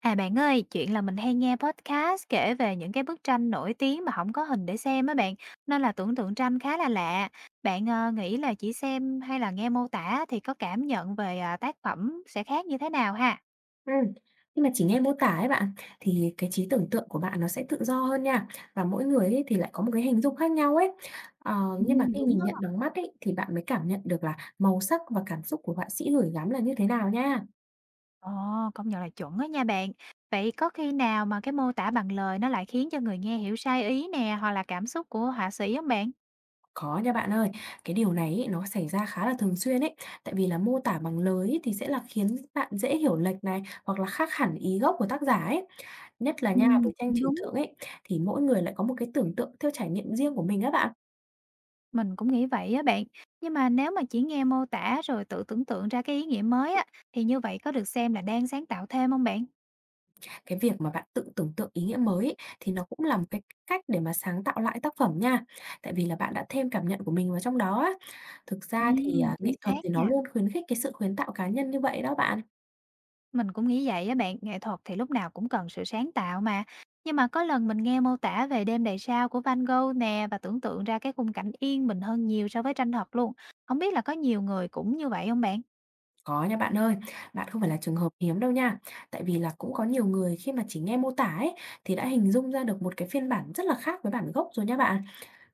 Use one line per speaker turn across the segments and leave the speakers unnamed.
À, bạn ơi, chuyện là mình hay nghe podcast kể về những cái bức tranh nổi tiếng mà không có hình để xem á bạn, nên là tưởng tượng tranh khá là lạ. Bạn, nghĩ là chỉ xem hay là nghe mô tả thì có cảm nhận về, à, tác phẩm sẽ khác như thế nào ha?
Ừm, nhưng mà chỉ nghe mô tả ấy bạn, thì cái trí tưởng tượng của bạn nó sẽ tự do hơn nha, và mỗi người ấy thì lại có một cái hình dung khác nhau ấy. Ờ, nhưng mà khi
Đúng
nhìn
á.
nhận bằng mắt ấy, thì bạn mới cảm nhận được là màu sắc và cảm xúc của họa sĩ gửi gắm là như thế nào nha.
Ồ, công nhận là chuẩn á nha bạn. Vậy có khi nào mà cái mô tả bằng lời nó lại khiến cho người nghe hiểu sai ý nè, hoặc là cảm xúc của họa sĩ không bạn?
Có nha bạn ơi, cái điều này ấy, nó xảy ra khá là thường xuyên ấy, tại vì là mô tả bằng lời ấy, thì sẽ là khiến bạn dễ hiểu lệch này, hoặc là khác hẳn ý gốc của tác giả ấy. Nhất là nha, với tranh
Cũng
trừu
đúng.
tượng ấy, thì mỗi người lại có một cái tưởng tượng theo trải nghiệm riêng của mình á bạn.
Mình cũng nghĩ vậy á bạn. Nhưng mà nếu mà chỉ nghe mô tả rồi tự tưởng tượng ra cái ý nghĩa mới á, thì như vậy có được xem là đang sáng tạo thêm không bạn?
Cái việc mà bạn tự tưởng tượng ý nghĩa mới ấy, thì nó cũng là một cái cách để mà sáng tạo lại tác phẩm nha. Tại vì là bạn đã thêm cảm nhận của mình vào trong đó á. Thực ra thì,
Ừm, chính
nghệ thuật
xác
thì nó
nha.
luôn khuyến khích cái sự khuyến tạo cá nhân như vậy đó bạn.
Mình cũng nghĩ vậy á bạn, nghệ thuật thì lúc nào cũng cần sự sáng tạo mà. Nhưng mà có lần mình nghe mô tả về Đêm đầy sao của Van Gogh nè và tưởng tượng ra cái khung cảnh yên bình hơn nhiều so với tranh thật luôn. Không biết là có nhiều người cũng như vậy không bạn?
Có nha bạn ơi, bạn không phải là trường hợp hiếm đâu nha. Tại vì là cũng có nhiều người khi mà chỉ nghe mô tả ấy, thì đã hình dung ra được một cái phiên bản rất là khác với bản gốc rồi nha bạn.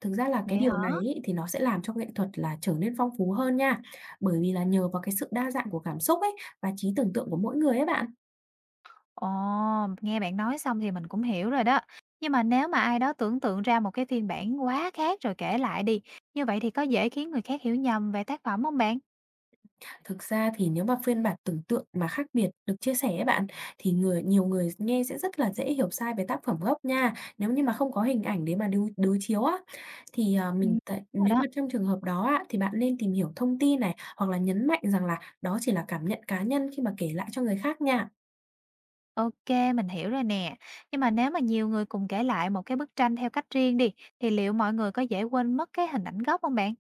Thực ra là cái điều này ấy, thì nó sẽ làm cho nghệ thuật là trở nên phong phú hơn nha. Bởi vì là nhờ vào cái sự đa dạng của cảm xúc ấy, và trí tưởng tượng của mỗi người ấy bạn.
Ồ, nghe bạn nói xong thì mình cũng hiểu rồi đó. Nhưng mà nếu mà ai đó tưởng tượng ra một cái phiên bản quá khác rồi kể lại đi, như vậy thì có dễ khiến người khác hiểu nhầm về tác phẩm không bạn?
Thực ra thì nếu mà phiên bản tưởng tượng mà khác biệt được chia sẻ ấy bạn, thì nhiều người nghe sẽ rất là dễ hiểu sai về tác phẩm gốc nha, nếu như mà không có hình ảnh để mà đối đối chiếu á. Thì, à, mình
Ừm.
tại
Đúng rồi
nếu
đó.
mà trong trường hợp đó á, thì bạn nên tìm hiểu thông tin này, hoặc là nhấn mạnh rằng là đó chỉ là cảm nhận cá nhân khi mà kể lại cho người khác nha.
OK, mình hiểu rồi nè. Nhưng mà nếu mà nhiều người cùng kể lại một cái bức tranh theo cách riêng đi, thì liệu mọi người có dễ quên mất cái hình ảnh gốc không bạn?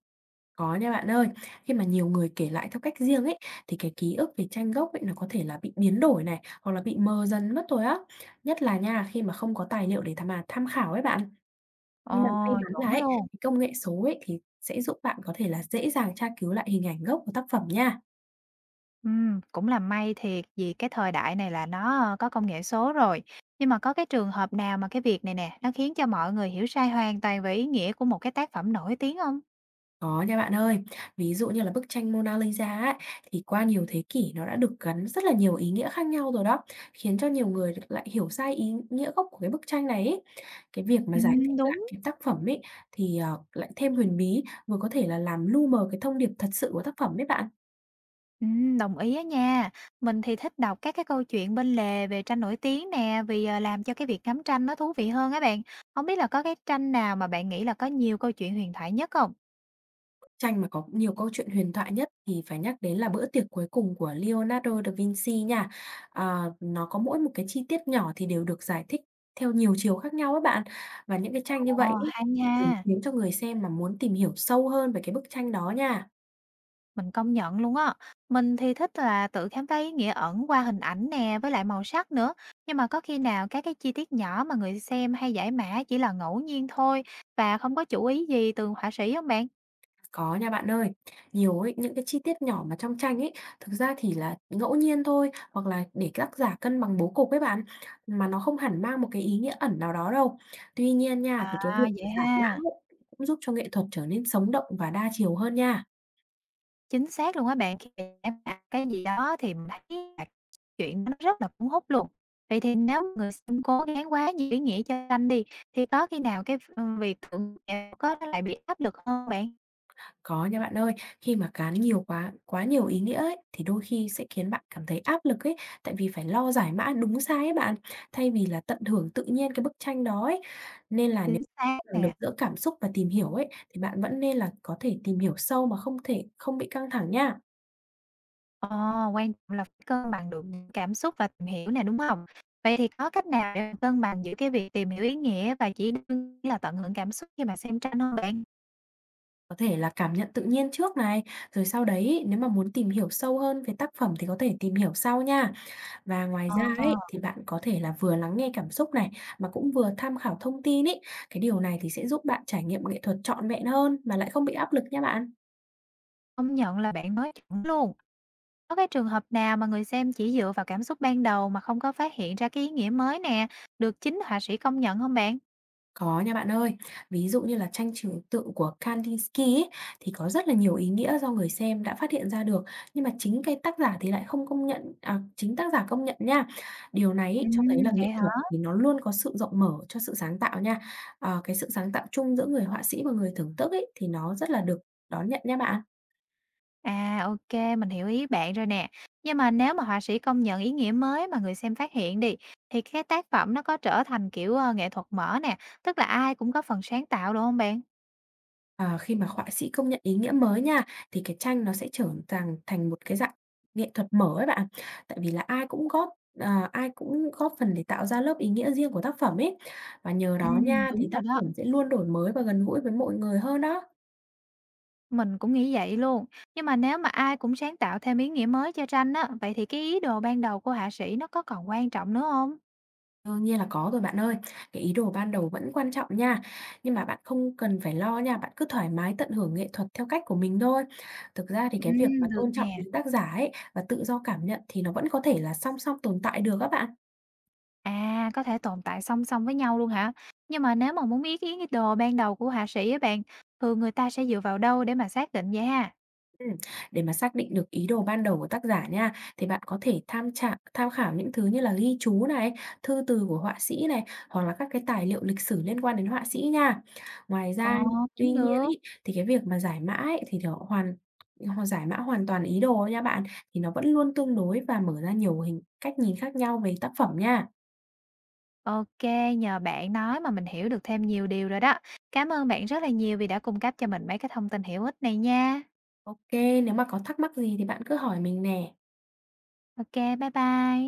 Có nha bạn ơi. Khi mà nhiều người kể lại theo cách riêng ấy, thì cái ký ức về tranh gốc ấy nó có thể là bị biến đổi này, hoặc là bị mờ dần mất rồi á. Nhất là nha, khi mà không có tài liệu để tham khảo ấy bạn.
Ồ,
Nhưng mà may mắn là
chuẩn
ấy,
luôn.
cái công nghệ số ấy thì sẽ giúp bạn có thể là dễ dàng tra cứu lại hình ảnh gốc của tác phẩm nha.
Cũng là may thiệt vì cái thời đại này là nó, có công nghệ số rồi. Nhưng mà có cái trường hợp nào mà cái việc này nè, nó khiến cho mọi người hiểu sai hoàn toàn về ý nghĩa của một cái tác phẩm nổi tiếng không?
Có nha bạn ơi. Ví dụ như là bức tranh Mona Lisa ấy, thì qua nhiều thế kỷ nó đã được gắn rất là nhiều ý nghĩa khác nhau rồi đó, khiến cho nhiều người lại hiểu sai ý nghĩa gốc của cái bức tranh này ấy. Cái việc mà giải thích lại
Đúng.
cái tác phẩm ấy thì, lại thêm huyền bí, vừa có thể là làm lu mờ cái thông điệp thật sự của tác phẩm ấy bạn.
Đồng ý á nha. Mình thì thích đọc các cái câu chuyện bên lề về tranh nổi tiếng nè, vì, làm cho cái việc ngắm tranh nó thú vị hơn á bạn. Không biết là có cái tranh nào mà bạn nghĩ là có nhiều câu chuyện huyền thoại nhất không?
Tranh mà có nhiều câu chuyện huyền thoại nhất thì phải nhắc đến là Bữa tiệc cuối cùng của Leonardo da Vinci nha. Nó có mỗi một cái chi tiết nhỏ thì đều được giải thích theo nhiều chiều khác nhau á bạn. Và những cái tranh như
Ồ,
vậy ấy,
hay
thường
nha!
khiến cho người xem mà muốn tìm hiểu sâu hơn về cái bức tranh đó nha.
Mình công nhận luôn á. Mình thì thích là tự khám phá ý nghĩa ẩn qua hình ảnh nè, với lại màu sắc nữa. Nhưng mà có khi nào các cái chi tiết nhỏ mà người xem hay giải mã chỉ là ngẫu nhiên thôi và không có chủ ý gì từ họa sĩ không bạn?
Có nha bạn ơi. Nhiều ấy, những cái chi tiết nhỏ mà trong tranh ấy, thực ra thì là ngẫu nhiên thôi, hoặc là để tác giả cân bằng bố cục ấy bạn, mà nó không hẳn mang một cái ý nghĩa ẩn nào đó đâu. Tuy nhiên nha, thì cái
À
việc
vậy
giải mã
ha.
ấy cũng giúp cho nghệ thuật trở nên sống động và đa chiều hơn nha.
Chính xác luôn á bạn, khi mà giải mã cái gì đó thì mình thấy là chuyện nó rất là cuốn hút luôn. Vậy thì nếu người xem cố gắng quá nhiều ý nghĩa cho tranh đi thì có khi nào cái việc tưởng tượng có nó lại bị áp lực hơn bạn?
Có nha bạn ơi, khi mà cán nhiều quá quá nhiều ý nghĩa ấy, thì đôi khi sẽ khiến bạn cảm thấy áp lực ấy, tại vì phải lo giải mã đúng sai ấy bạn, thay vì là tận hưởng tự nhiên cái bức tranh đó ấy. Nên là nếu
Chính xác
cân bằng được
nè.
giữa cảm xúc và tìm hiểu ấy, thì bạn vẫn nên là có thể tìm hiểu sâu mà không thể không bị căng thẳng nha.
Ờ, quan trọng là phải cân bằng được những cảm xúc và tìm hiểu nè, đúng hông? Vậy thì có cách nào để cân bằng giữa cái việc tìm hiểu ý nghĩa và chỉ đơn là tận hưởng cảm xúc khi mà xem tranh hông bạn?
Có thể là cảm nhận tự nhiên trước này, rồi sau đấy nếu mà muốn tìm hiểu sâu hơn về tác phẩm thì có thể tìm hiểu sau nha. Và ngoài
Ờ,
ra ấy, thì bạn có thể là vừa lắng nghe cảm xúc này, mà cũng vừa tham khảo thông tin ấy. Cái điều này thì sẽ giúp bạn trải nghiệm nghệ thuật trọn vẹn hơn mà lại không bị áp lực nha bạn.
công nhận là bạn nói chuẩn luôn. Có cái trường hợp nào mà người xem chỉ dựa vào cảm xúc ban đầu mà không có phát hiện ra cái ý nghĩa mới nè, được chính họa sĩ công nhận hông bạn?
Có nha bạn ơi, ví dụ như là tranh trừu tượng của Kandinsky ấy, thì có rất là nhiều ý nghĩa do người xem đã phát hiện ra được, nhưng mà chính cái tác giả thì lại không công nhận, chính tác giả công nhận nha. Điều này ấy, cho thấy là
Vậy
nghệ thuật
hả?
thì nó luôn có sự rộng mở cho sự sáng tạo nha. Cái sự sáng tạo chung giữa người họa sĩ và người thưởng thức ấy, thì nó rất là được đón nhận nha bạn.
À, ok, mình hiểu ý bạn rồi nè. Nhưng mà nếu mà họa sĩ công nhận ý nghĩa mới mà người xem phát hiện đi, thì cái tác phẩm nó có trở thành, kiểu, nghệ thuật mở nè, tức là ai cũng có phần sáng tạo, được không bạn?
Ờ, khi mà họa sĩ công nhận ý nghĩa mới nha, thì cái tranh nó sẽ trở thành thành một cái dạng nghệ thuật mở ấy bạn. Tại vì là ai cũng góp phần để tạo ra lớp ý nghĩa riêng của tác phẩm ấy. Và nhờ đó nha, thì
Đúng rồi
tác
đó.
phẩm sẽ luôn đổi mới và gần gũi với mọi người hơn đó.
Mình cũng nghĩ vậy luôn. Nhưng mà nếu mà ai cũng sáng tạo thêm ý nghĩa mới cho tranh á, vậy thì cái ý đồ ban đầu của họa sĩ nó có còn quan trọng nữa không?
Đương nhiên là có rồi bạn ơi. Cái ý đồ ban đầu vẫn quan trọng nha. Nhưng mà bạn không cần phải lo nha, bạn cứ thoải mái tận hưởng nghệ thuật theo cách của mình thôi. Thực ra thì cái việc mà
Được
tôn trọng
nè.
ý tác giả ấy và tự do cảm nhận thì nó vẫn có thể là song song tồn tại được các bạn.
À, có thể tồn tại song song với nhau luôn hả? Nhưng mà nếu mà muốn biết ý đồ ban đầu của họa sĩ á bạn, thường người ta sẽ dựa vào đâu để mà xác định vậy ha?
Ừm, để mà xác định được ý đồ ban đầu của tác giả nha, thì bạn có thể tham khảo những thứ như là ghi chú này, thư từ của họa sĩ này, hoặc là các cái tài liệu lịch sử liên quan đến họa sĩ nha. Ngoài
Ờ,
ra, tuy
cũng
nhiên
được.
ấy, thì cái việc mà giải mã ấy, thì nó hoàn ho giải mã hoàn toàn ý đồ nha bạn, thì nó vẫn luôn tương đối và mở ra nhiều cách nhìn khác nhau về tác phẩm nha.
OK, nhờ bạn nói mà mình hiểu được thêm nhiều điều rồi đó. Cảm ơn bạn rất là nhiều vì đã cung cấp cho mình mấy cái thông tin hữu ích này nha.
Ok, nếu mà có thắc mắc gì thì bạn cứ hỏi mình nè.
OK, bye bye.